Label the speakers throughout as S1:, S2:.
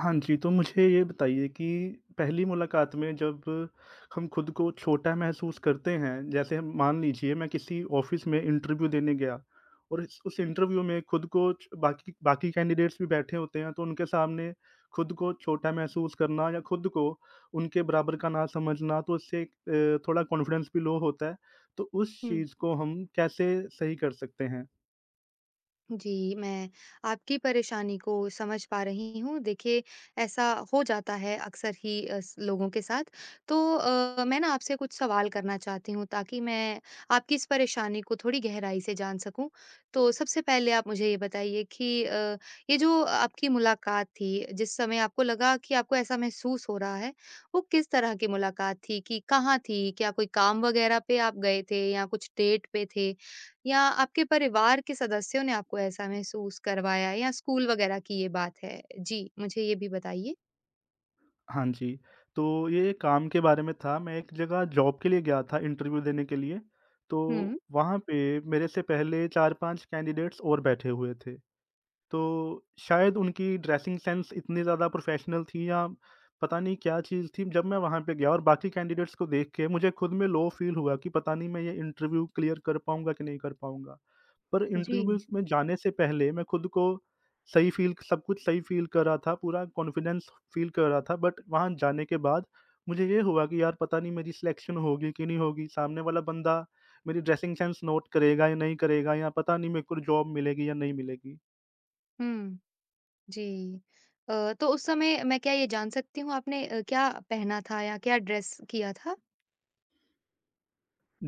S1: हाँ जी, तो मुझे ये बताइए कि पहली मुलाकात में जब हम खुद को छोटा महसूस करते हैं, जैसे हम मान लीजिए मैं किसी ऑफ़िस में इंटरव्यू देने गया और इस उस इंटरव्यू में खुद को च बाकी बाकी कैंडिडेट्स भी बैठे होते हैं, तो उनके सामने खुद को छोटा महसूस करना या खुद को उनके बराबर का ना समझना, तो उससे एक थोड़ा कॉन्फिडेंस भी लो होता है। तो उस
S2: हुँ।
S1: चीज़ को हम कैसे सही कर सकते हैं?
S2: जी, मैं आपकी परेशानी को समझ पा रही हूँ। देखिए, ऐसा हो जाता है अक्सर ही अ, स लोगों के साथ। तो मैं ना आपसे कुछ सवाल करना चाहती हूँ ताकि मैं आपकी इस परेशानी को थोड़ी गहराई से जान सकूँ। तो सबसे पहले आप मुझे ये बताइए कि ये जो आपकी मुलाकात थी, जिस समय आपको लगा कि आपको ऐसा महसूस हो रहा है, वो किस तरह की मुलाकात थी कि कहाँ थी? क्या कोई काम वग़ैरह पे आप गए थे या कुछ डेट पे थे? या आपके परिवार के सदस्यों ने आपको ऐसा महसूस करवाया या स्कूल वगैरह की ये बात है? जी, मुझे ये भी बताइए।
S1: हाँ जी, तो ये काम के बारे में था। मैं एक जगह जॉब के लिए गया था इंटरव्यू देने के लिए,
S2: हुँ,
S1: तो वहाँ पे मेरे से पहले 4-5 कैंडिडेट्स और बैठे हुए थे। तो शायद उनकी ड्रेसिंग सेंस इतनी ज़्यादा प्रोफ़ेशनल थी या पता नहीं क्या चीज़ थी, जब मैं वहाँ पे गया और बाकी कैंडिडेट्स को देख के मुझे खुद में लो फ़ील हुआ कि पता नहीं मैं ये इंटरव्यू क्लियर कर पाऊँगा कि नहीं कर पाऊँगा। पर
S2: जी।
S1: इंटरव्यूज़ में जाने से पहले मैं खुद को सही फ़ील सब कुछ सही फ़ील कर रहा था, पूरा कॉन्फिडेंस फ़ील कर रहा था। बट वहाँ जाने के बाद मुझे ये हुआ कि यार पता नहीं मेरी सिलेक्शन होगी कि नहीं होगी? सामने वाला बंदा मेरी ड्रेसिंग सेंस नोट करेगा या नहीं करेगा या पता नहीं मेरे को जॉब मिलेगी या नहीं मिलेगी?
S2: हुँ, जी। तो उस समय मैं क्या ये जान सकती हूँ आपने क्या पहना था या क्या ड्रेस किया था?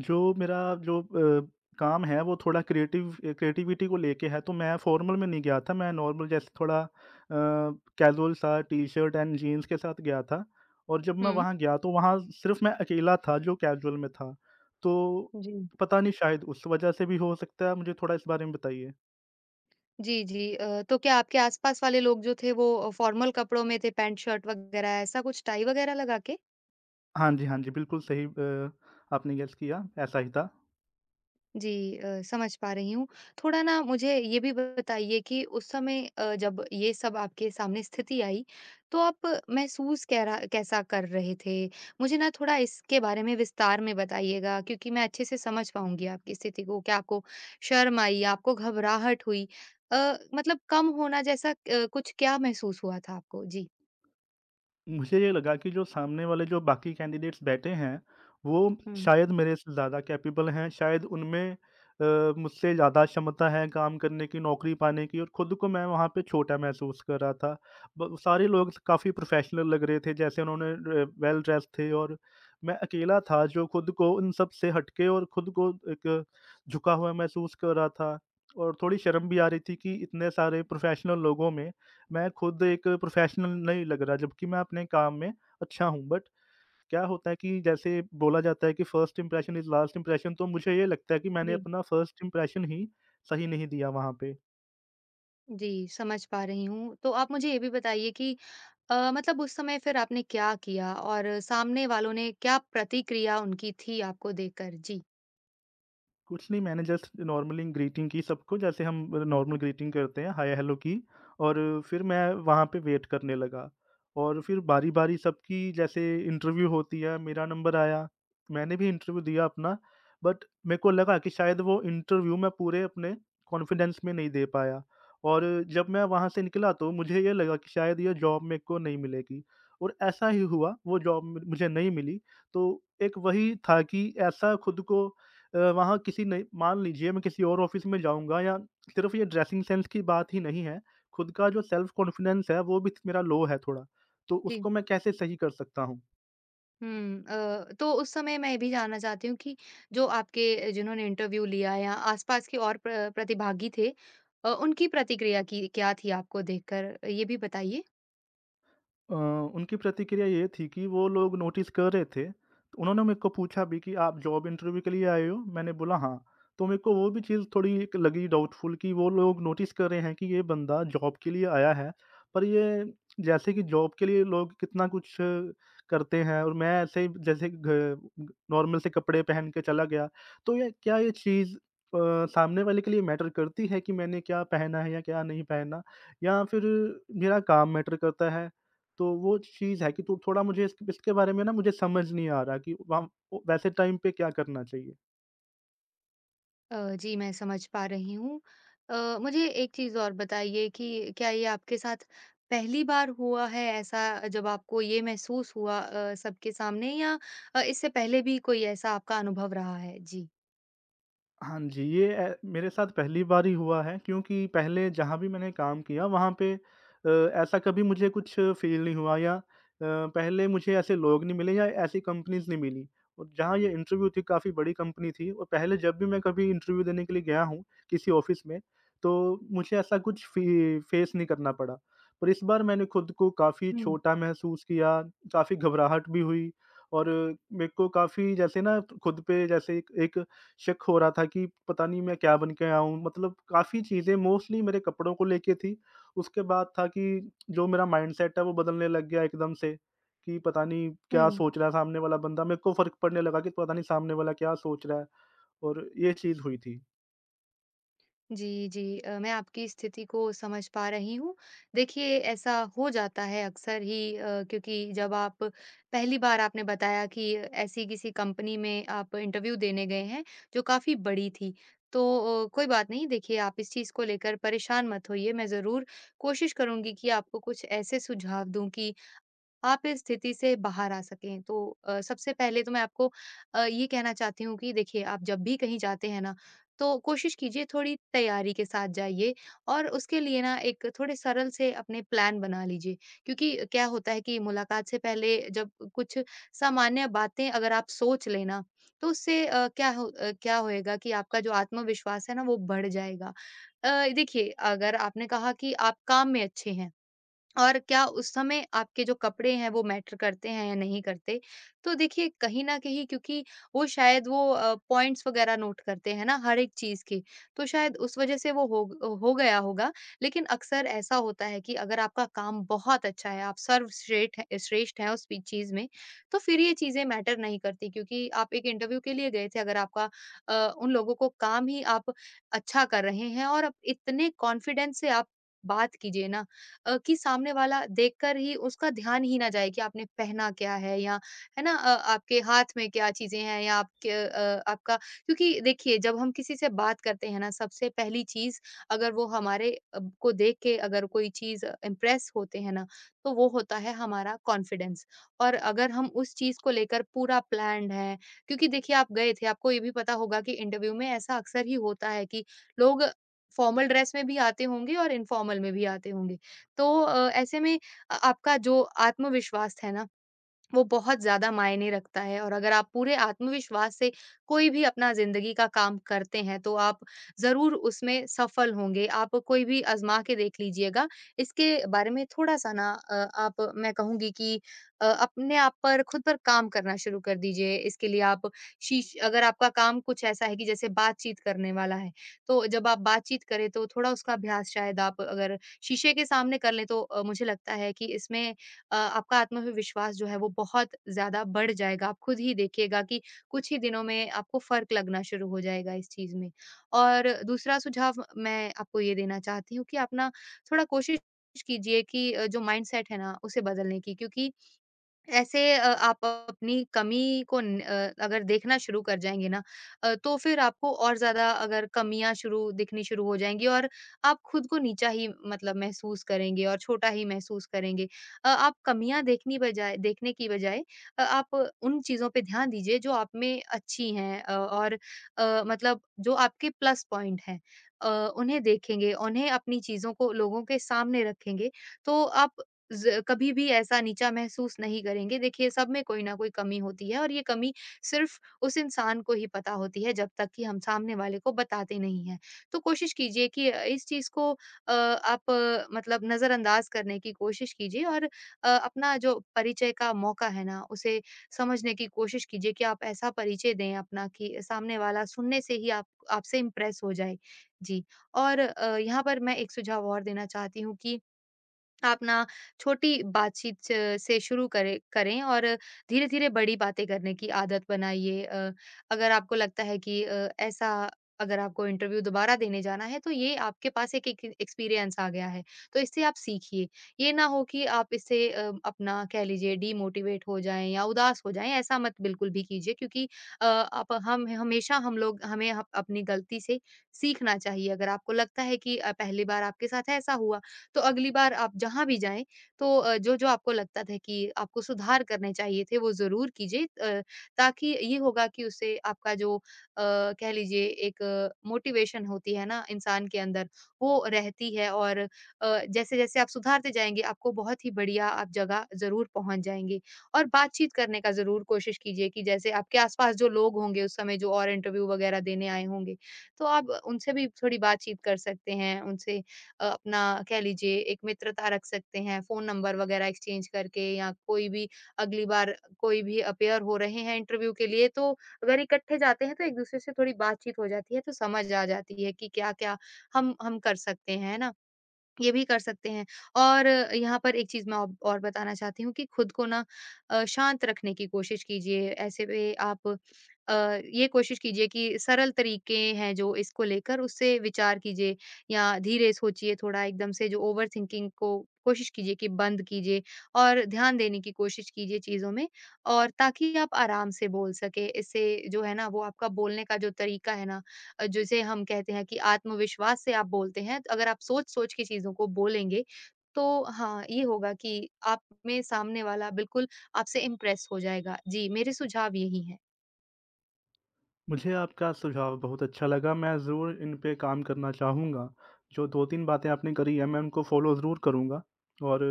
S1: जो काम है वो थोड़ा क्रिएटिविटी को लेके है, तो मैं फॉर्मल में नहीं गया था। मैं नॉर्मल जैसे थोड़ा कैज़ुअल सा टी-शर्ट एंड जीन्स के साथ गया था और जब मैं
S2: हुँ,
S1: वहाँ गया तो वहाँ सिर्फ़ मैं अकेला था जो कैज़ुअल में था। तो
S2: जी।
S1: पता नहीं शायद उस वजह से भी हो सकता है, मुझे थोड़ा इस बारे में बताइए?
S2: जी, जी। तो क्या आपके आस-पास वाले लोग जो थे वो फॉर्मल कपड़ों में थे, पैंट शर्ट वगैरह ऐसा कुछ टाई वगैरह लगा के?
S1: हाँ जी, हाँ जी, बिल्कुल सही, आपने गेस किया, ऐसा ही था।
S2: जी समझ पा रही हूँ। थोड़ा ना मुझे ये भी बताइए कि उस समय जब ये सब आपके सामने स्थिति आई, तो आप महसूस क्या रहा कैसा कर रहे थे? मुझे ना थोड़ा इसके बारे में विस्तार में बताइएगा क्योंकि मैं अच्छे से समझ पाऊँगी आपकी स्थिति को। क्या आपको शर्म आई, आपको घबराहट हुई? मतलब कम होना जैसा कुछ क्या महसूस हुआ था आपको? जी।
S1: मुझे ये लगा कि जो सामने वाले जो बाकी कैंडिडेट्स बैठे हैं, वो
S2: हुँ।
S1: शायद मेरे से ज़्यादा कैपेबल हैं, शायद उनमें मुझसे ज़्यादा क्षमता है काम करने की, नौकरी पाने की, और खुद को मैं वहाँ पे छोटा महसूस कर रहा था। ब सारे लोग काफ़ी प्रोफ़ेशनल लग रहे थे, वेल ड्रेस्ड थे और मैं अकेला था जो खुद को उन सब से हटके और खुद को एक झुका हुआ महसूस कर रहा था और थोड़ी शर्म भी आ रही थी कि इतने सारे प्रोफ़ेशनल लोगों में मैं खुद एक प्रोफ़ेशनल नहीं लग रहा, जबकि मैं अपने काम में अच्छा हूँ। बट क्या होता है कि जैसे बोला जाता है कि first impression is last impression, तो मुझे ये लगता है कि मैंने
S2: जी।
S1: अपना फर्स्ट इंप्रेशन ही सही नहीं दिया वहाँ पे।
S2: जी, समझ पा रही हूँ। तो आप मुझे ये भी बताइए कि मतलब उस समय फिर आपने क्या किया और सामने वालों ने क्या प्रतिक्रिया उनकी थी आपको देखकर? जी।
S1: कुछ नहीं, मैंने जस्ट नॉर्मली ग्रीटिंग की सबको, जैसे हम नॉर्मल ग्रीटिंग करते हैं हाय हेलो की, और फिर मैं वहाँ पे वेट करने लगा और फिर बारी बारी सबकी जैसे इंटरव्यू होती है मेरा नंबर आया, मैंने भी इंटरव्यू दिया अपना। बट मेरे को लगा कि शायद वो इंटरव्यू मैं पूरे अपने कॉन्फिडेंस में नहीं दे पाया, और जब मैं वहाँ से निकला तो मुझे ये लगा कि शायद ये जॉब मेरे को नहीं मिलेगी, और ऐसा ही हुआ, वो जॉब मुझे नहीं मिली। तो एक वही था कि ऐसा खुद को, वहाँ किसी नई मान लीजिए मैं किसी और ऑफ़िस में जाऊँगा या सिर्फ़ ये ड्रेसिंग सेंस की बात ही नहीं है, खुद का जो सेल्फ़ कॉन्फिडेंस है वो भी मेरा लो है थोड़ा, तो
S2: जी।
S1: उसको मैं कैसे सही कर सकता हूँ?
S2: हुँ, तो उस समय मैं ये भी जानना चाहती हूँ कि जो आपके जिन्होंने इंटरव्यू लिया या आस-पास के और प्रतिभागी थे उनकी प्रतिक्रिया की क्या थी आपको देखकर? ये भी बताइए।
S1: उनकी प्रतिक्रिया ये थी कि वो लोग नोटिस कर रहे थे। तो उन्होंने मेरे को पूछा भी कि आप जॉब इंटरव्यू के लिए आए हो? मैंने बोला हाँ। तो मेरे को वो भी चीज़ थोड़ी एक लगी डाउटफुल कि वो लोग नोटिस कर रहे हैं कि ये बंदा जॉब के लिए आया है। पर ये जैसे कि जॉब के लिए लोग कितना कुछ करते हैं और मैं ऐसे ही जैसे घ नॉर्मल से कपड़े पहन के चला गया। तो ये चीज़ सामने वाले के लिए मैटर करती है कि मैंने क्या पहना है या क्या नहीं पहना? या फिर मेरा काम मैटर करता है? तो वो चीज़ है कि तो थोड़ा मुझे इसके बारे में, ना मुझे समझ नहीं आ रहा कि वम वैसे टाइम पे क्या करना चाहिए?
S2: जी, मैं समझ पा रही हूँ। मुझे एक चीज़ और बताइए कि क्या ये आपके साथ पहली बार हुआ है ऐसा जब आपको ये महसूस हुआ सबके सामने या इससे पहले भी कोई ऐसा आपका अनुभव रहा है? जी।
S1: हाँ जी, ये मेरे साथ पहली बार ही हुआ है क्योंकि पहले जहाँ भी मैंने काम किया वहाँ पे ऐसा कभी मुझे कुछ फ़ील नहीं हुआ या पहले मुझे ऐसे लोग नहीं मिले या ऐसी कंपनीज़ नहीं मिली, और जहाँ ये इंटरव्यू थी काफ़ी बड़ी कंपनी थी, और पहले जब भी मैं कभी इंटरव्यू देने के लिए गया हूँ किसी ऑफ़िस में, तो मुझे ऐसा कुछ फ़ी फ़ेस नहीं करना पड़ा। पर इस बार मैंने खुद को काफ़ी
S2: हुँ,
S1: छोटा महसूस किया, काफ़ी घबराहट भी हुई और मेरे को काफ़ी जैसे ना खुद पे जैसे एक एक शक हो रहा था कि पता नहीं मैं क्या बन के आया हूँ? मतलब काफ़ी चीज़ें मोस्टली मेरे कपड़ों को लेके थी। उसके बाद था कि जो मेरा माइंडसेट है वो बदलने लग गया एकदम से, कि पता नहीं क्या
S2: हुँ।
S1: सोच रहा है सामने वाला बंदा। मेरे को फ़र्क पड़ने लगा कि पता नहीं सामने वाला क्या सोच रहा है, और ये चीज़ हुई थी।
S2: जी, जी। मैं आपकी स्थिति को समझ पा रही हूँ। देखिए, ऐसा हो जाता है अक्सर ही क्योंकि जब आप पहली बार आपने बताया कि ऐसी किसी कंपनी में आप इंटरव्यू देने गए हैं, जो काफ़ी बड़ी थी। तो कोई बात नहीं, देखिए आप इस चीज़ को लेकर परेशान मत होइए। मैं ज़रूर कोशिश करूँगी कि आपको कुछ ऐसे सुझाव दूँ कि आप इस स्थिति से बाहर आ सकें। तो सबसे पहले तो मैं आपको ये कहना चाहती हूँ कि देखिए आप जब भी कहीं जाते हैं ना, तो कोशिश कीजिए थोड़ी तैयारी के साथ जाइए और उसके लिए ना एक थोड़े सरल से अपने प्लान बना लीजिए। क्योंकि क्या होता है कि मुलाकात से पहले जब कुछ सामान्य बातें अगर आप सोच लें ना, तो उससे क्या होएगा कि आपका जो आत्मविश्वास है ना वो बढ़ जाएगा। देखिए अगर आपने कहा कि आप काम में अच्छे हैं, और क्या उस समय आपके जो कपड़े हैं वो मैटर करते हैं या नहीं करते? तो देखिए कहीं न कहीं क्योंकि वो पॉइंट्स वग़ैरह नोट करते हैं ना हर एक चीज़ के, तो शायद उस वज़ह से वो हो गया होगा। लेकिन अक्सर ऐसा होता है कि अगर आपका काम बहुत अच्छा है, आप सर्वश्रेठ हैं श्रेष्ठ हैं उस पी चीज़ में, तो फिर ये चीज़ें मैटर नहीं करती क्योंकि आप एक इंटरव्यू के लिए गए थे अगर आपका उन लोगों को काम ही आप अच्छा कर रहे हैं और आप इतने कॉन्फिडेंस से आप बात कीजिए ना कि सामने वाला देखकर ही उसका ध्यान ही ना जाए कि आपने पहना क्या है या है ना आपके हाथ में क्या चीज़ें हैं या आपके अ, आपका क्योंकि देखिए जब हम किसी से बात करते हैं ना सबसे पहली चीज़ अगर वो को देख के अगर कोई चीज़ इम्प्रेस होते हैं ना तो वो होता है हमारा कॉन्फिडेंस और अगर हम उस चीज़ को लेकर पूरा प्लान्ड है क्योंकि देखिए आप गए थे आपको ये भी पता होगा कि इंटरव्यू में ऐसा अक्सर ही होता है कि लोग फॉर्मल ड्रेस में भी आते होंगे और इनफॉर्मल में भी आते होंगे तो ऐसे में आपका जो आत्मविश्वास है ना वो बहुत ज़्यादा मायने रखता है और अगर आप पूरे आत्मविश्वास से कोई भी अपना ज़िंदगी का काम करते हैं, तो आप ज़रूर उसमें सफल होंगे। आप कोई भी आज़मा के देख लीजिएगा। इसके बारे में थोड़ा-सा ना अ, आप मैं कहूँगी कि अपने आप पर खुद पर काम करना शुरू कर दीजिए। इसके लिए आप शीश अगर आपका काम कुछ ऐसा है कि जैसे बातचीत करने वाला है, तो जब आप बातचीत करें, तो थोड़ा उसका अभ्यास शायद आप अगर शीशे के सामने कर लें, तो मुझे लगता है कि इसमें आपका आत्मविश्वास जो है वो बहुत ज़्यादा बढ़ जाएगा। आप खुद ही देखिएगा कि कुछ ही दिनों में आपको फ़र्क लगना शुरू हो जाएगा इस चीज़ में। और दूसरा सुझाव मैं आपको ये देना चाहती हूँ कि आप ना थोड़ा कोशिश कीजिए कि जो माइंडसेट है ना उसे बदलने की क्योंकि ऐसे आप अपनी कमी को न अ, अगर देखना शुरू कर जाएँगे ना तो फिर आपको और ज़्यादा अगर कमियाँ शुरू दिखनी शुरू हो जाएँगी और आप खुद को नीचा ही मतलब महसूस करेंगे और छोटा ही महसूस करेंगे। आप कमियाँ देखनी बजाय देखने की बजाय आप उन चीज़ों पे ध्यान दीजिए जो आप में अच्छी हैं और मतलब जो आपके प्लस पॉइंट हैं। अ, उन्हें देखेंगे, उन्हें अपनी चीज़ों को लोगों के सामने रखेंगे, तो आप ज़ कभी भी ऐसा नीचा महसूस नहीं करेंगे। देखिए, सब में कोई न कोई कमी होती है और ये कमी सिर्फ़ उस इंसान को ही पता होती है, जब तक कि हम सामने वाले को बताते नहीं हैं। तो कोशिश कीजिए कि इस चीज़ को मतलब नज़रअंदाज़ करने की कोशिश कीजिए और अपना जो परिचय का मौका है ना, उसे समझने की कोशिश कीजिए कि आप ऐसा परिचय दें अपना कि सामने वाला सुनने से ही आप आपसे इम्प्रेस हो जाए। जी, और यहाँ पर मैं एक सुझाव और देना चाहती हूँ कि आप ना छोटी बातचीत से शुरू करें करें और धीरे-धीरे बड़ी बातें करने की आदत बनाइए। अगर आपको लगता है कि अ, ऐसा अगर आपको इंटरव्यू दोबारा देने जाना है, तो ये आपके पास एक एक एक्सपीरियंस आ गया है, तो इससे आप सीखिए। ये ना हो कि आप इससे अपना कह लीजिए डिमोटिवेट हो जाएँ या उदास हो जाएँ, ऐसा मत बिल्कुल भी कीजिए क्योंकि अ, आप हम हमेशा हम लोग हमें ह अपनी गलती से सीखना चाहिए। अगर आपको लगता है कि पहली बार आपके साथ ऐसा हुआ, तो अगली बार आप जहाँ भी जाएँ तो जो-जो आपको लगता था कि आपको सुधार करने चाहिए थे, वो ज़रूर कीजिए ताकि ये होगा कि उससे आपका जो कह लीजिए एक मोटिवेशन होती है ना इंसान के अंदर, वो रहती है और जैसे-जैसे आप सुधारते जाएँगे, आपको बहुत ही बढ़िया आप जगह ज़रूर पहुँच जाएँगे। और बातचीत करने का ज़रूर कोशिश कीजिए कि जैसे आपके आस-पास जो लोग होंगे उस समय जो और इंटरव्यू वगैरह देने आए होंगे, तो आप उनसे भी थोड़ी बातचीत कर सकते हैं, उनसे अपना कह लीजिए एक मित्रता रख सकते हैं, फ़ोन नंबर वगैरह एक्सचेंज करके या कोई भी अगली बार कोई भी अपीयर हो रहे हैं इंटरव्यू के लिए तो अगर इकट्ठे जाते हैं तो एक-दूसरे से थोड़ी बातचीत हो जाती है, तो समझ आ जाती है कि क्या-क्या हम कर सकते हैं, है ना? ये भी कर सकते हैं। और यहाँ पर एक चीज़ मैं औ और बताना चाहती हूँ कि खुद को ना शांत रखने की कोशिश कीजिए। ऐसे में आप ये कोशिश कीजिए कि सरल तरीके हैं जो इसको लेकर उससे विचार कीजिए या धीरे सोचिए थोड़ा एकदम से जो ओवर थिंकिंग को कोशिश कीजिए कि बंद कीजिए और ध्यान देने की कोशिश कीजिए चीज़ों में और ताकि आप आराम से बोल सकें। इससे जो है ना वो आपका बोलने का जो तरीका है ना जिसे हम कहते हैं कि आत्मविश्वास से आप बोलते हैं, तो अगर आप सोच-सोच के चीज़ों को बोलेंगे, तो हाँ, ये होगा कि आप में सामने वाला बिल्कुल आपसे इम्प्रेस हो जाएगा। जी, मेरे सुझाव यही हैं।
S1: मुझे आपका सुझाव बहुत अच्छा लगा, मैं ज़रूर इन पे काम करना चाहूँगा। जो 2-3 बातें आपने करी हैं मैं उनको फ़ॉलो ज़रूर करूँगा और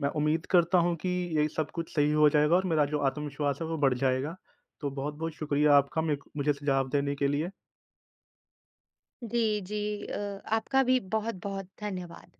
S1: मैं उम्मीद करता हूँ कि ये सब कुछ सही हो जाएगा और मेरा जो आत्मविश्वास है वो बढ़ जाएगा। तो बहुत-बहुत शुक्रिया आपका मेरे को मुझे सुझाव देने के लिए।
S2: जी, जी। आपका भी बहुत-बहुत धन्यवाद।